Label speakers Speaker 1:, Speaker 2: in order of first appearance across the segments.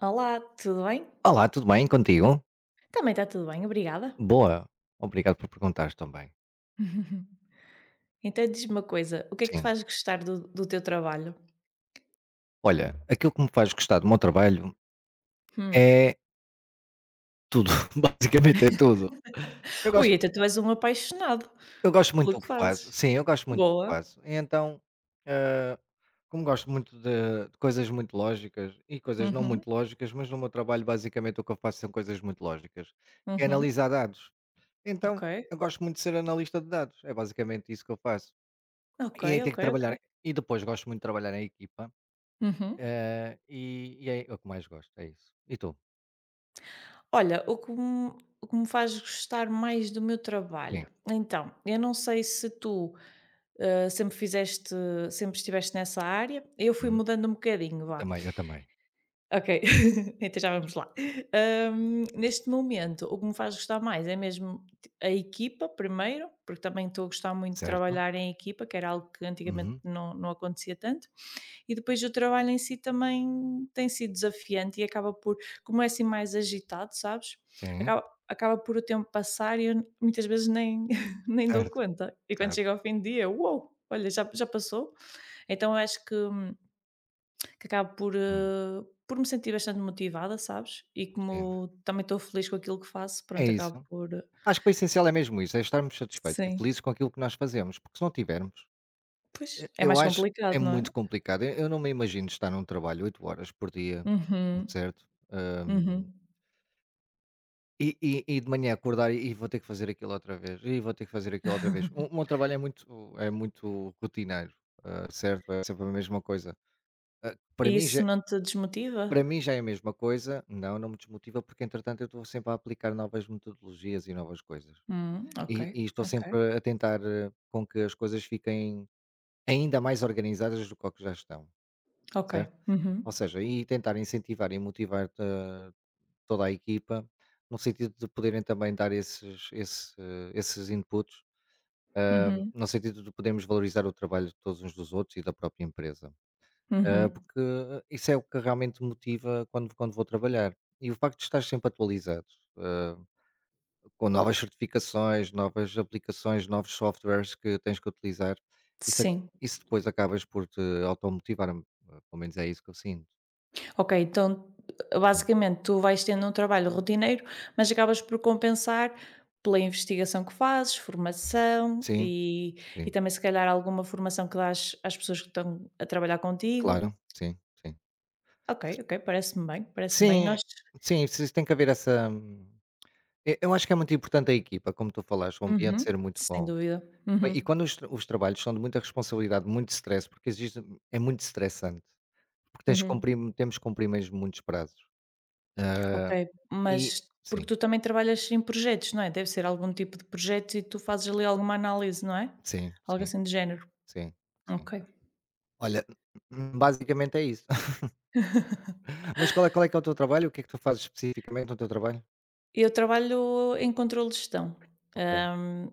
Speaker 1: Olá, tudo bem?
Speaker 2: Olá, tudo bem contigo?
Speaker 1: Também está tudo bem, obrigada.
Speaker 2: Boa, obrigado por perguntares também.
Speaker 1: Então diz-me uma coisa, o que é que te
Speaker 2: Sim,
Speaker 1: faz gostar do teu trabalho?
Speaker 2: olha, aquilo que me faz gostar do meu trabalho
Speaker 1: Hum.
Speaker 2: é tudo, basicamente é tudo. Eu
Speaker 1: Ui,
Speaker 2: gosto,
Speaker 1: então tu és um apaixonado
Speaker 2: eu gosto
Speaker 1: pelo
Speaker 2: muito do
Speaker 1: que
Speaker 2: que faço,
Speaker 1: fazes.
Speaker 2: sim, eu gosto muito do que
Speaker 1: Boa.
Speaker 2: faço. E então, eh, como gosto muito de coisas muito lógicas e coisas não
Speaker 1: Uhum,
Speaker 2: muito lógicas, mas no meu trabalho basicamente o que eu faço são coisas muito lógicas, que é
Speaker 1: uhum.
Speaker 2: analisar dados.
Speaker 1: Ok,
Speaker 2: Então, eu gosto muito de ser analista de dados, é basicamente isso que eu faço.
Speaker 1: ok,
Speaker 2: E aí tenho
Speaker 1: ok,
Speaker 2: que
Speaker 1: ok.
Speaker 2: trabalhar, e depois gosto muito de trabalhar em equipa.
Speaker 1: Uhum.
Speaker 2: E é o que mais gosto, é isso. E tu?
Speaker 1: Olha, o que me faz gostar mais do meu
Speaker 2: Sim.
Speaker 1: trabalho? Então, eu não sei se tu eh, sempre fizeste, sempre estiveste nessa área, eu fui
Speaker 2: Uhum.
Speaker 1: mudando um bocadinho,
Speaker 2: Eu
Speaker 1: vá.
Speaker 2: também, eu também.
Speaker 1: Ok, então já vamos lá. Neste momento, o que me faz gostar mais é mesmo a equipa, primeiro, porque também estou a gostar muito de
Speaker 2: Certo.
Speaker 1: trabalhar em equipa, que era algo que antigamente
Speaker 2: Uhum.
Speaker 1: não acontecia tanto, e depois o trabalho em si também tem sido desafiante e acaba por, como é assim mais agitado, sabes?
Speaker 2: Sim.
Speaker 1: Acaba por o tempo passar e eu muitas vezes nem, nem dou
Speaker 2: Certo,
Speaker 1: conta. E quando
Speaker 2: certo.
Speaker 1: chega ao fim do dia, uou, olha, já passou. Então eu acho que acabo por,
Speaker 2: Hum.
Speaker 1: eh, por me sentir bastante motivada, sabes? E
Speaker 2: Sim.
Speaker 1: como também estou feliz com aquilo que faço,
Speaker 2: É
Speaker 1: pronto, acabo
Speaker 2: isso.
Speaker 1: por
Speaker 2: Acho que o essencial é mesmo isso, é estarmos satisfeitos e
Speaker 1: sim.
Speaker 2: felizes com aquilo que nós fazemos, porque se não tivermos,
Speaker 1: Pois,
Speaker 2: e
Speaker 1: é
Speaker 2: eu
Speaker 1: mais
Speaker 2: acho
Speaker 1: complicado,
Speaker 2: é
Speaker 1: não é?
Speaker 2: muito complicado. Eu não me imagino estar num trabalho 8 horas por dia,
Speaker 1: Uhum,
Speaker 2: certo? Hum,
Speaker 1: uhum.
Speaker 2: e de manhã acordar e vou ter que fazer aquilo outra vez, e vou ter que fazer aquilo outra vez. O meu trabalho é muito rotineiro, certo? É sempre a mesma coisa. Hã,
Speaker 1: E isso não te desmotiva?
Speaker 2: para mim já é a mesma coisa. Não, não me desmotiva, porque entretanto eu estou sempre a aplicar novas metodologias e novas coisas.
Speaker 1: Ok,
Speaker 2: E estou
Speaker 1: ok,
Speaker 2: sempre a tentar com que as coisas fiquem ainda mais organizadas do que ao que já estão,
Speaker 1: ok.
Speaker 2: certo? Ou
Speaker 1: Uhum,
Speaker 2: seja, e tentar incentivar e motivar toda a equipa, no sentido de poderem também dar esses inputs,
Speaker 1: uhum,
Speaker 2: no sentido de podermos valorizar o trabalho de todos uns dos outros e da própria empresa. Ah,
Speaker 1: uhum.
Speaker 2: porque ah, isso é o que realmente me motiva quando vou trabalhar. E o facto de estar sempre atualizado, ah, com novas certificações, novas aplicações, novos softwares que tens que utilizar, isso, ac-
Speaker 1: Sim.
Speaker 2: isso depois acabas por te automotivar, pelo menos é isso que eu sinto.
Speaker 1: Ok, então
Speaker 2: Sim,
Speaker 1: basicamente tu vais tendo um trabalho rotineiro, mas acabas por compensar pela investigação que fazes, formação
Speaker 2: sim,
Speaker 1: e
Speaker 2: sim.
Speaker 1: também se calhar alguma formação que dás às pessoas que estão a trabalhar contigo.
Speaker 2: Claro, sim, sim.
Speaker 1: Ok, ok, parece-me bem, parece-me bem.
Speaker 2: Sim, sim, vocês têm que haver essa e eu acho que é muito importante a equipa, como tu falaste, o ambiente
Speaker 1: Uhum,
Speaker 2: ser muito
Speaker 1: sem
Speaker 2: bom.
Speaker 1: dúvida. Uhum,
Speaker 2: E quando os trabalhos são de muita responsabilidade, muito stress, porque exige é muito estressante, porque tens que
Speaker 1: uhum.
Speaker 2: cumprir temos que cumprir mesmo muitos prazos.
Speaker 1: Ok,
Speaker 2: Ah,
Speaker 1: mas
Speaker 2: e
Speaker 1: porque
Speaker 2: sim,
Speaker 1: tu também trabalhas em projetos, não é? Deve ser algum tipo de projeto e tu fazes ali alguma análise, não é?
Speaker 2: sim,
Speaker 1: Algo
Speaker 2: sim,
Speaker 1: assim de género.
Speaker 2: sim, sim.
Speaker 1: Ok.
Speaker 2: Olha, basicamente é isso. Mas qual é que é o teu trabalho? O que é que tu fazes especificamente no teu trabalho?
Speaker 1: Eu trabalho em controle de gestão,
Speaker 2: Ok,
Speaker 1: hum,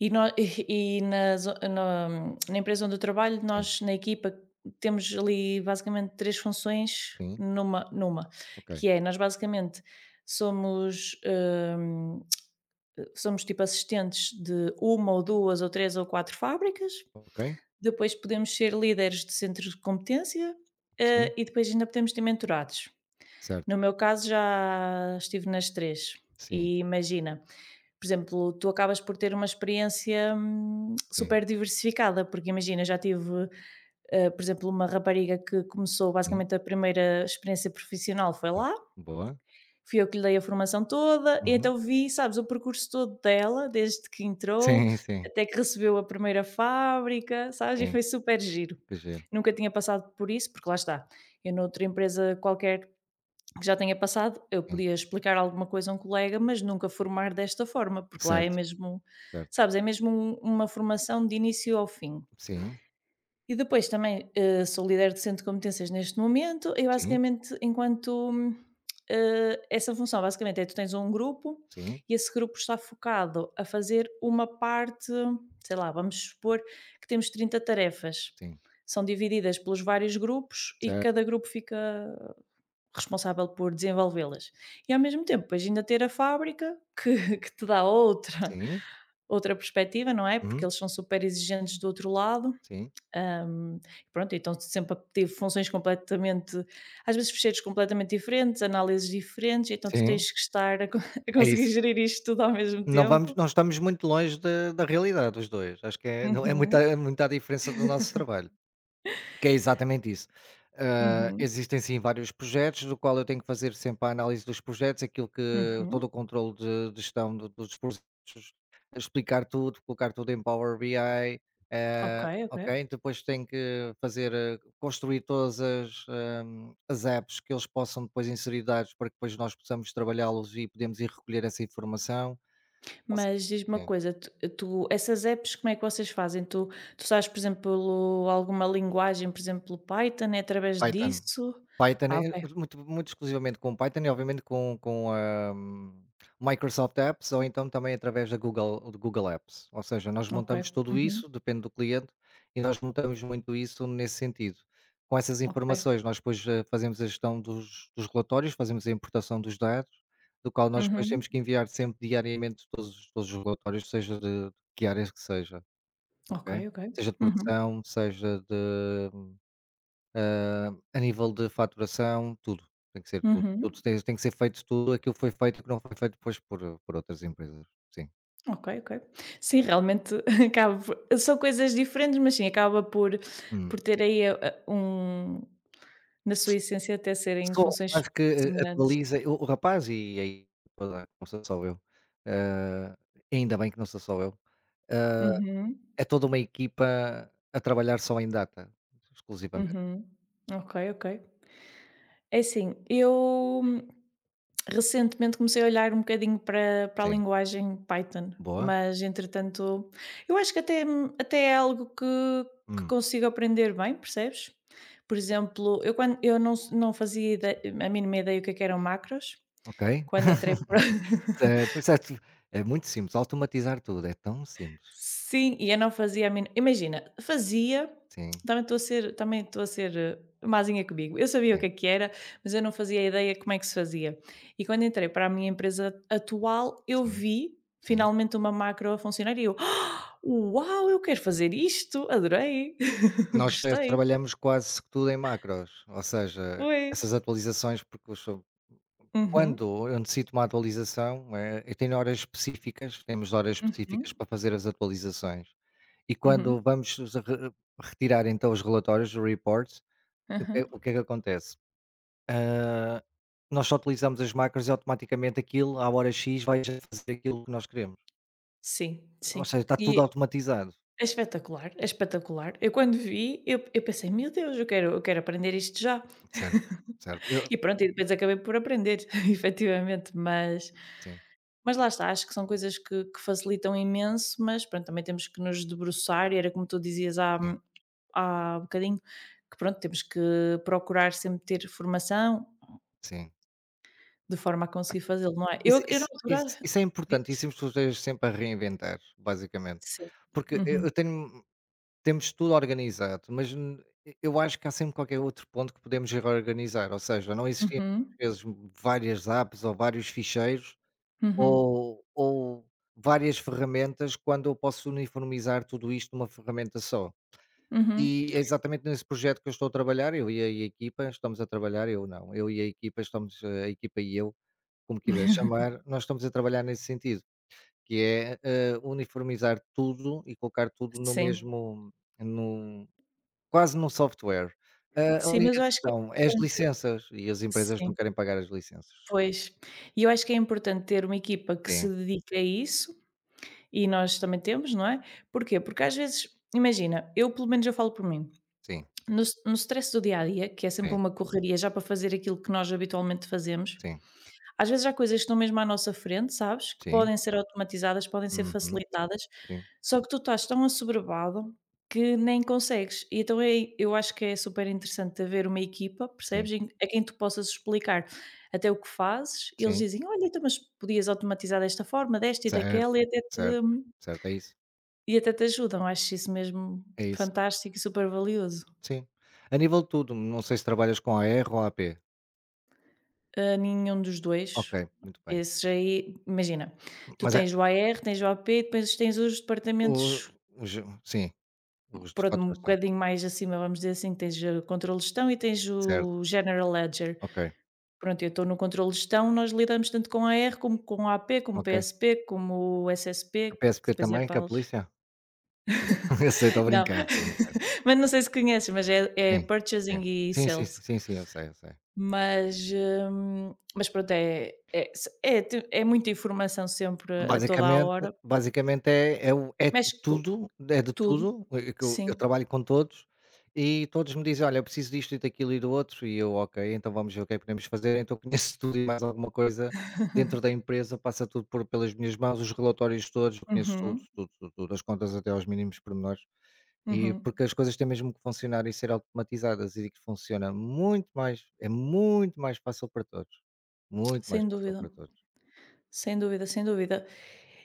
Speaker 1: e nó e na zo na na empresa onde eu trabalho,
Speaker 2: sim,
Speaker 1: nós na equipa temos ali basicamente 3 funções
Speaker 2: sim,
Speaker 1: numa,
Speaker 2: ok,
Speaker 1: que é nós basicamente somos, hum, somos tipo assistentes de uma ou 2 ou 3 ou 4 fábricas,
Speaker 2: ok,
Speaker 1: depois podemos ser líderes de centros de competência, hã,
Speaker 2: sim,
Speaker 1: e depois ainda podemos ter mentorados.
Speaker 2: certo,
Speaker 1: No meu caso já estive nas três.
Speaker 2: sim,
Speaker 1: E imagina, por exemplo, tu acabas por ter uma experiência,
Speaker 2: sim,
Speaker 1: super diversificada, porque imagina, já tive, por exemplo, uma rapariga que começou
Speaker 2: sim,
Speaker 1: basicamente a primeira experiência profissional foi
Speaker 2: hum,
Speaker 1: lá,
Speaker 2: boa.
Speaker 1: fui eu que lhe dei a formação toda, e
Speaker 2: Uhum.
Speaker 1: então vi, sabes, o percurso todo dela, desde que entrou,
Speaker 2: Sim, sim,
Speaker 1: até que recebeu a primeira fábrica, sabes, e
Speaker 2: sim.
Speaker 1: foi super giro.
Speaker 2: Que giro.
Speaker 1: Nunca tinha passado por isso, porque lá está, eu noutra empresa qualquer que já tenha passado, eu
Speaker 2: Sim.
Speaker 1: podia explicar alguma coisa a um colega, mas nunca formar desta forma, porque lá é
Speaker 2: Certo,
Speaker 1: mesmo,
Speaker 2: certo.
Speaker 1: sabes, é mesmo uma formação de início ao fim.
Speaker 2: Sim,
Speaker 1: E depois também, sou líder de centro de competências neste momento e
Speaker 2: sim,
Speaker 1: basicamente essa função basicamente é tu tens um grupo
Speaker 2: sim,
Speaker 1: e esse grupo está focado a fazer uma parte, sei lá, vamos supor que temos 30 tarefas,
Speaker 2: sim.
Speaker 1: são divididas pelos vários grupos e
Speaker 2: Certo.
Speaker 1: cada grupo fica responsável por desenvolvê-las. E ao mesmo tempo depois ainda ter a fábrica que que te dá outra
Speaker 2: Sim.
Speaker 1: outra perspectiva, não é, porque
Speaker 2: Uhum.
Speaker 1: eles são super exigentes do outro lado.
Speaker 2: Sim,
Speaker 1: Hum, pronto, então sempre tive funções completamente, às vezes fecheiros completamente diferentes, análises diferentes, então tu
Speaker 2: sim.
Speaker 1: tens que estar a
Speaker 2: É
Speaker 1: conseguir
Speaker 2: isso.
Speaker 1: gerir isto tudo ao mesmo
Speaker 2: Não vamos
Speaker 1: tempo.
Speaker 2: não estamos muito longe da realidade os dois. Acho que é não é muita
Speaker 1: Uhum,
Speaker 2: é muita a diferença do nosso trabalho. Que é exatamente isso.
Speaker 1: uhum,
Speaker 2: Existem sim vários projetos, do qual eu tenho que fazer sempre a análise dos projetos, aquilo que todo o
Speaker 1: uhum.
Speaker 2: controle de gestão dos projetos, explicar tudo, colocar tudo em Power BI,
Speaker 1: Ok, ok.
Speaker 2: ok? Depois tenho que fazer, construir todas as apps que eles possam depois inserir dados para que depois nós possamos trabalhá-los e podemos ir recolher essa informação. Ou se-
Speaker 1: Mas diz-me uma
Speaker 2: Sim.
Speaker 1: coisa, essas apps, como é que vocês fazem? Tu sabes, por exemplo, alguma linguagem, por exemplo, Python, é através
Speaker 2: Python.
Speaker 1: disso?
Speaker 2: Python,
Speaker 1: Ah,
Speaker 2: é,
Speaker 1: ok,
Speaker 2: muito exclusivamente com Python e obviamente com a Microsoft Apps ou então também através da Google do Google Apps. Ou seja, nós
Speaker 1: ok.
Speaker 2: montamos tudo
Speaker 1: Uhum,
Speaker 2: isso, depende do cliente, e nós montamos muito isso nesse sentido. Com essas
Speaker 1: ok.
Speaker 2: informações, nós depois, fazemos a gestão dos relatórios, fazemos a importação dos dados, do qual nós depois
Speaker 1: Uhum,
Speaker 2: temos que enviar sempre diariamente todos os relatórios, seja de que áreas que seja,
Speaker 1: ok,
Speaker 2: ok?
Speaker 1: ok.
Speaker 2: Seja de
Speaker 1: Uhum,
Speaker 2: produção, seja de a nível de faturação, tudo. Tem que ser tudo. Tudo
Speaker 1: uhum.
Speaker 2: tem que ser feito tudo aquilo que foi feito, que não foi feito depois por outras empresas. Sim.
Speaker 1: Ok, ok. Sim, realmente acaba por são coisas diferentes, mas sim, acaba por
Speaker 2: Hum.
Speaker 1: por ter aí a um na sua
Speaker 2: S
Speaker 1: essência até serem
Speaker 2: só
Speaker 1: funções
Speaker 2: acho que,
Speaker 1: semelhantes.
Speaker 2: atualiza o rapaz e aí pá, não sou só eu, hã, ainda bem que não sou só eu, eh,
Speaker 1: Uhum,
Speaker 2: é toda uma equipa a trabalhar só em data, exclusivamente.
Speaker 1: uhum. Ok, ok. É assim, eu recentemente comecei a olhar um bocadinho para a
Speaker 2: Sim.
Speaker 1: linguagem Python,
Speaker 2: Boa.
Speaker 1: mas entretanto, eu acho que até é algo que
Speaker 2: Hum.
Speaker 1: consigo aprender bem, percebes? Por exemplo, eu quando eu não fazia ide a mínima ideia o que é que eram macros,
Speaker 2: Ok.
Speaker 1: quando entrei para.
Speaker 2: Certo, certo. É muito simples, automatizar tudo, é tão simples.
Speaker 1: Sim, e eu não fazia a mínima imagina, fazia,
Speaker 2: Sim,
Speaker 1: também estou a ser também estou a ser, eh, mazinha comigo. Eu sabia o que
Speaker 2: é.
Speaker 1: é que era, mas eu não fazia ideia como é que se fazia. E quando entrei para a minha empresa atual, eu
Speaker 2: Sim,
Speaker 1: vi
Speaker 2: sim.
Speaker 1: finalmente uma macro a funcionar e eu: "Ah, "Uau, eu quero fazer isto, adorei,
Speaker 2: Nós,
Speaker 1: gostei".
Speaker 2: trabalhamos quase que tudo em macros, ou seja,
Speaker 1: Pois.
Speaker 2: essas atualizações porque eu sou
Speaker 1: Uhum,
Speaker 2: quando eu necessito uma atualização, eu temos horas específicas
Speaker 1: uhum,
Speaker 2: para fazer as atualizações. E quando
Speaker 1: uhum,
Speaker 2: vamos os re retirar então os relatórios, os reports, o que
Speaker 1: aham.
Speaker 2: é o que é que acontece? Hã, Nós só utilizamos as macros e automaticamente aquilo à hora X vai já fazer aquilo que nós queremos.
Speaker 1: Sim,
Speaker 2: Ou
Speaker 1: sim.
Speaker 2: seja, está tudo
Speaker 1: E
Speaker 2: automatizado.
Speaker 1: É espetacular, é espetacular. Eu quando vi, eu pensei: "Meu Deus, eu quero aprender isto já".
Speaker 2: Certo, certo. Eu
Speaker 1: E pronto, e depois acabei por aprender, efetivamente, mas
Speaker 2: sim,
Speaker 1: mas lá está, acho que são coisas que facilitam imenso, mas pronto, também temos que nos debruçar e era como tu dizias há
Speaker 2: sim,
Speaker 1: há bocadinho, que pronto, temos que procurar sempre ter formação,
Speaker 2: sim.
Speaker 1: de forma a conseguir fazê-lo, não é? Eu
Speaker 2: Isso
Speaker 1: eu na
Speaker 2: isso
Speaker 1: altura
Speaker 2: isso isso é importante, isso
Speaker 1: dizia,
Speaker 2: estejas sempre a reinventar, basicamente.
Speaker 1: Sim.
Speaker 2: Porque eu
Speaker 1: Uhum,
Speaker 2: eu tenho temos tudo organizado, mas n eu acho que há sempre qualquer outro ponto que podemos reorganizar, ou seja, não existiam
Speaker 1: uhum,
Speaker 2: às vezes várias apps ou vários ficheiros
Speaker 1: uhum,
Speaker 2: ou várias ferramentas quando eu posso uniformizar tudo isto numa ferramenta só.
Speaker 1: uhum.
Speaker 2: E é exatamente nesse projeto que eu estou a trabalhar, eu e a equipa, estamos a trabalhar, eu não, eu e a equipa estamos, a equipa e eu, como quiser chamar, nós estamos a trabalhar nesse sentido, que é, uniformizar tudo e colocar tudo no
Speaker 1: Sim.
Speaker 2: mesmo num quase num software. A
Speaker 1: Sim, mas
Speaker 2: única
Speaker 1: eu acho que é
Speaker 2: questão é as
Speaker 1: importante
Speaker 2: licenças e as empresas não
Speaker 1: sim,
Speaker 2: querem pagar as licenças.
Speaker 1: pois. E eu acho que é importante ter uma equipa que se
Speaker 2: Sim,
Speaker 1: dedique a isso, e nós também temos, não é? Porquê? Porque às vezes, imagina, eu pelo menos eu falo por mim,
Speaker 2: sim,
Speaker 1: no stress do dia a dia, que é sempre
Speaker 2: sim,
Speaker 1: uma correria já para fazer aquilo que nós habitualmente fazemos.
Speaker 2: sim,
Speaker 1: Às vezes há coisas que estão mesmo à nossa frente, sabes, que
Speaker 2: sim,
Speaker 1: podem ser automatizadas, podem ser
Speaker 2: uhum,
Speaker 1: facilitadas,
Speaker 2: sim,
Speaker 1: só que tu estás tão assoberbado que nem consegues. E então é, eu acho que é super interessante haver uma equipa,
Speaker 2: sim,
Speaker 1: percebes, em a quem tu possas explicar até o que fazes, e eles
Speaker 2: sim,
Speaker 1: dizem: "Olha, então, mas podias automatizar desta forma, desta e
Speaker 2: certo,
Speaker 1: daquela", e até te
Speaker 2: certo, certo, é isso,
Speaker 1: e até te ajudam. Acho isso mesmo
Speaker 2: é isso.
Speaker 1: fantástico e super valioso.
Speaker 2: Sim. A nível de tudo, não sei se trabalhas com AR ou A p
Speaker 1: Ah, nenhum dos 2.
Speaker 2: Ok, muito bem.
Speaker 1: Esses aí imagina, tu
Speaker 2: Mas é
Speaker 1: tens o AR, tens o AP, depois tens os
Speaker 2: o
Speaker 1: departamentos,
Speaker 2: os sim, os de
Speaker 1: pronto, um
Speaker 2: faturação.
Speaker 1: bocadinho mais acima, vamos dizer assim, tens o controle de gestão e tens
Speaker 2: Certo,
Speaker 1: o general ledger.
Speaker 2: ok,
Speaker 1: Pronto, eu estou no controle de gestão, nós lidamos tanto com a R como com AP, como
Speaker 2: ok.
Speaker 1: PSP, como o SSP,
Speaker 2: A
Speaker 1: que
Speaker 2: PSP
Speaker 1: depois é
Speaker 2: também, que é a
Speaker 1: PALs.
Speaker 2: polícia? Eu sei, estou a
Speaker 1: Não,
Speaker 2: brincar, estou a brincar.
Speaker 1: mas não sei se conheces, mas é
Speaker 2: Sim,
Speaker 1: purchasing
Speaker 2: sim.
Speaker 1: e
Speaker 2: Sim, sim, sim,
Speaker 1: sales.
Speaker 2: sim, sim, eu sei, eu sei.
Speaker 1: Mas pronto, é é é te é muita informação sempre a toda a
Speaker 2: Basicamente
Speaker 1: hora,
Speaker 2: basicamente é é o
Speaker 1: mexe com
Speaker 2: é de
Speaker 1: tudo.
Speaker 2: tudo, que eu
Speaker 1: Sim.
Speaker 2: eu trabalho com todos, e todos me dizem: "Olha, eu preciso disto e daquilo e do outro", e eu: "Ok, então vamos ver o que é que podemos fazer", então conheço tudo e mais alguma coisa dentro da empresa, passa tudo por pelas minhas mãos, os relatórios todos, eu conheço tudo,
Speaker 1: Uhum,
Speaker 2: tudo, tudo, tudo, as contas até aos mínimos pormenores, e
Speaker 1: uhum.
Speaker 2: porque as coisas têm mesmo que funcionar e ser automatizadas, e que funciona muito mais é muito mais fácil para todos, muito mais
Speaker 1: Sem
Speaker 2: fácil
Speaker 1: dúvida,
Speaker 2: para todos.
Speaker 1: sem dúvida, sem dúvida.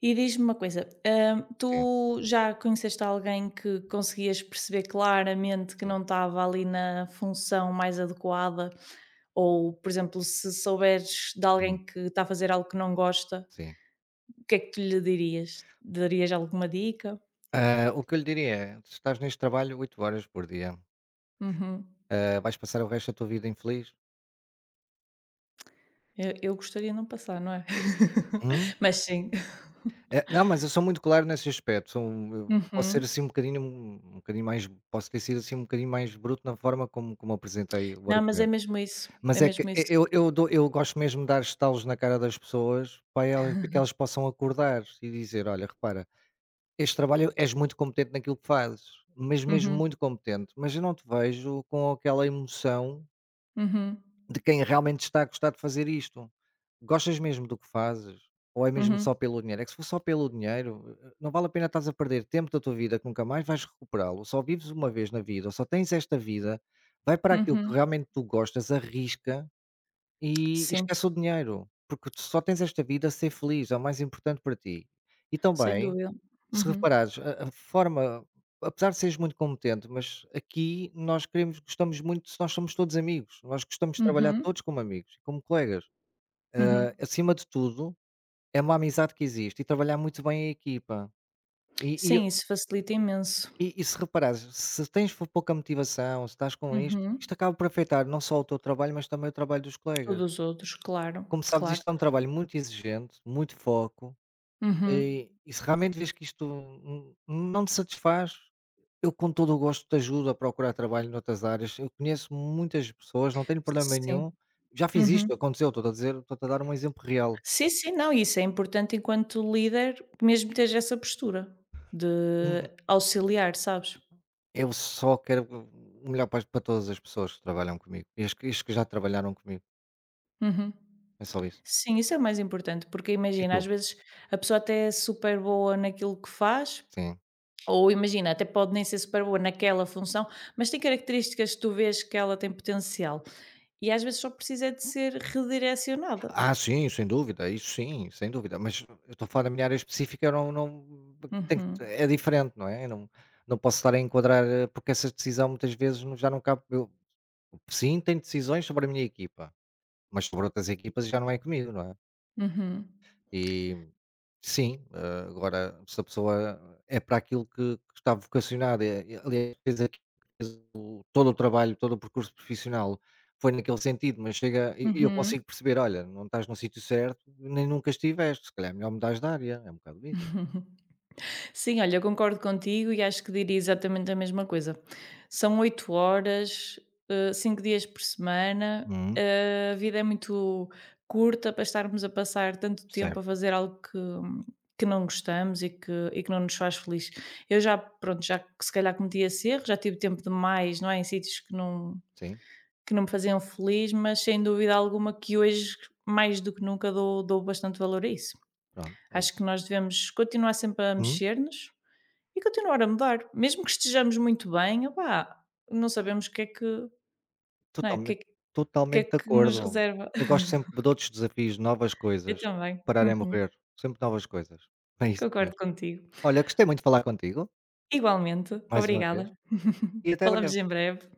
Speaker 1: E diz-me uma coisa,
Speaker 2: Sim,
Speaker 1: tu já conheceste alguém que conseguias perceber claramente que
Speaker 2: sim,
Speaker 1: não estava ali na função mais adequada? Ou, por exemplo, se souberes de
Speaker 2: hum,
Speaker 1: alguém que está a fazer algo que não gosta,
Speaker 2: sim.
Speaker 1: o que é que tu lhe dirias? Darias alguma dica?
Speaker 2: O que eu lhe diria é, se estás neste trabalho 8 horas por dia,
Speaker 1: Uhum.
Speaker 2: vais passar o resto da tua vida infeliz?
Speaker 1: Eu gostaria de não passar, não é?
Speaker 2: Hum?
Speaker 1: Mas sim.
Speaker 2: Não, mas eu sou muito claro nesse aspecto, sou um eu posso ser
Speaker 1: Uhum.
Speaker 2: assim um bocadinho um bocadinho mais posso ter sido assim um bocadinho mais bruto na forma como apresentei o
Speaker 1: Não, mas é
Speaker 2: argumento.
Speaker 1: mesmo isso, é
Speaker 2: Mas é que
Speaker 1: mesmo
Speaker 2: e
Speaker 1: isso.
Speaker 2: eu eu dou eu gosto mesmo de dar estalos na cara das pessoas para que elas possam acordar e dizer: "Olha, repara, este trabalho és muito competente naquilo que fazes, mas mesmo
Speaker 1: Uhum,
Speaker 2: muito competente, mas eu não te vejo com aquela emoção
Speaker 1: uhum,
Speaker 2: de quem realmente está a gostar de fazer isto. Gostas mesmo do que fazes? Ou é mesmo
Speaker 1: uhum,
Speaker 2: só pelo dinheiro? É que se for só pelo dinheiro, não vale a pena, estás a perder tempo da tua vida que nunca mais vais recuperá-lo. Só vives uma vez na vida, ou só tens esta vida. Vai para aquilo que
Speaker 1: uhum.
Speaker 2: realmente tu gostas, arrisca e
Speaker 1: Sim,
Speaker 2: esquece o dinheiro, porque tu só tens esta vida, ser feliz é o mais importante para ti. E
Speaker 1: sem
Speaker 2: também
Speaker 1: dúvida.
Speaker 2: se
Speaker 1: Uhum,
Speaker 2: reparares, a forma, apesar de seres muito competente, mas aqui nós queremos gostamos muito, se nós somos todos amigos, nós gostamos de trabalhar
Speaker 1: uhum,
Speaker 2: todos como amigos e como colegas.
Speaker 1: uhum.
Speaker 2: Acima de tudo, é uma amizade que existe e trabalhar muito bem a equipa. E e
Speaker 1: Sim, isso facilita imenso.
Speaker 2: e se reparares, se tens fo pouca motivação, se estás com isto,
Speaker 1: Uhum.
Speaker 2: isto acaba por afetar não só o teu trabalho, mas também o trabalho dos
Speaker 1: O
Speaker 2: colegas.
Speaker 1: dos outros, claro,
Speaker 2: Como sabes,
Speaker 1: claro.
Speaker 2: isto é um trabalho muito exigente, muito foco,
Speaker 1: Uhum.
Speaker 2: e se realmente vês que isto n não te satisfaz, eu com todo o gosto te ajudo a procurar trabalho noutras áreas. Eu conheço muitas pessoas, não tenho problema
Speaker 1: Sim.
Speaker 2: nenhum. Já fiz
Speaker 1: Uhum.
Speaker 2: isto, aconteceu, estou a dizer, estou a dar um exemplo real.
Speaker 1: Sim, sim, não, isso é importante enquanto líder, mesmo ter essa postura de
Speaker 2: Hum, hum,
Speaker 1: auxiliar, sabes?
Speaker 2: Eu só quero o melhor para todas as pessoas que trabalham comigo e as que já trabalharam comigo.
Speaker 1: Uhum.
Speaker 2: É só isso.
Speaker 1: Sim, isso é o mais importante, porque
Speaker 2: E
Speaker 1: imagina,
Speaker 2: tu?
Speaker 1: às vezes a pessoa até é super boa naquilo que faz,
Speaker 2: Sim.
Speaker 1: ou imagina, até pode nem ser super boa naquela função, mas tem características que tu vês que ela tem potencial. E às vezes só precisa é de ser redirecionada.
Speaker 2: Sim, sem dúvida, isso sim, sem dúvida. Mas eu estou a falar da minha área específica, eu não,
Speaker 1: Uhum,
Speaker 2: é diferente, não é? Eu não, não posso estar a enquadrar, porque essa decisão muitas vezes já não cabe. Eu, sim, tenho decisões sobre a minha equipa. Mas sobre outras equipas já não é comigo, não é?
Speaker 1: uhum,
Speaker 2: E sim, agora se a pessoa é para aquilo que está vocacionada, aliás, fez aquilo, todo o trabalho, todo o percurso profissional foi naquele sentido, mas chega e eu
Speaker 1: uhum.
Speaker 2: consigo perceber, olha, não estás no sítio certo, nem nunca estiveste, se calhar é melhor mudares de área, é um bocado isso.
Speaker 1: Sim, olha, eu concordo contigo e acho que diria exatamente a mesma coisa. São 8 horas, 5 dias por semana,
Speaker 2: Uhum,
Speaker 1: a vida é muito curta para estarmos a passar tanto tempo a
Speaker 2: certo,
Speaker 1: fazer algo que não gostamos e que não nos faz feliz. Eu já, pronto, já se calhar cometi esse erro, já tive tempo demais, não é? Em sítios que não,
Speaker 2: sim,
Speaker 1: que não me faziam feliz, mas sem dúvida alguma que hoje, mais do que nunca, dou bastante valor a isso.
Speaker 2: pronto, é
Speaker 1: Acho que
Speaker 2: isso.
Speaker 1: nós devemos continuar sempre a
Speaker 2: Uhum,
Speaker 1: mexer-nos e continuar a mudar, mesmo que estejamos muito bem, opá, não sabemos o que é que não é, o que é
Speaker 2: totalmente,
Speaker 1: que o que é
Speaker 2: totalmente de
Speaker 1: que nos
Speaker 2: acordo.
Speaker 1: reserva.
Speaker 2: Eu gosto sempre de outros desafios, novas
Speaker 1: Eu
Speaker 2: coisas,
Speaker 1: também,
Speaker 2: parar é
Speaker 1: uhum,
Speaker 2: morrer, sempre novas coisas. É isso
Speaker 1: concordo
Speaker 2: mesmo.
Speaker 1: contigo.
Speaker 2: Olha, gostei muito de falar contigo,
Speaker 1: Igualmente,
Speaker 2: mais uma vez,
Speaker 1: obrigada.
Speaker 2: e até
Speaker 1: Falamos
Speaker 2: breve.
Speaker 1: em breve.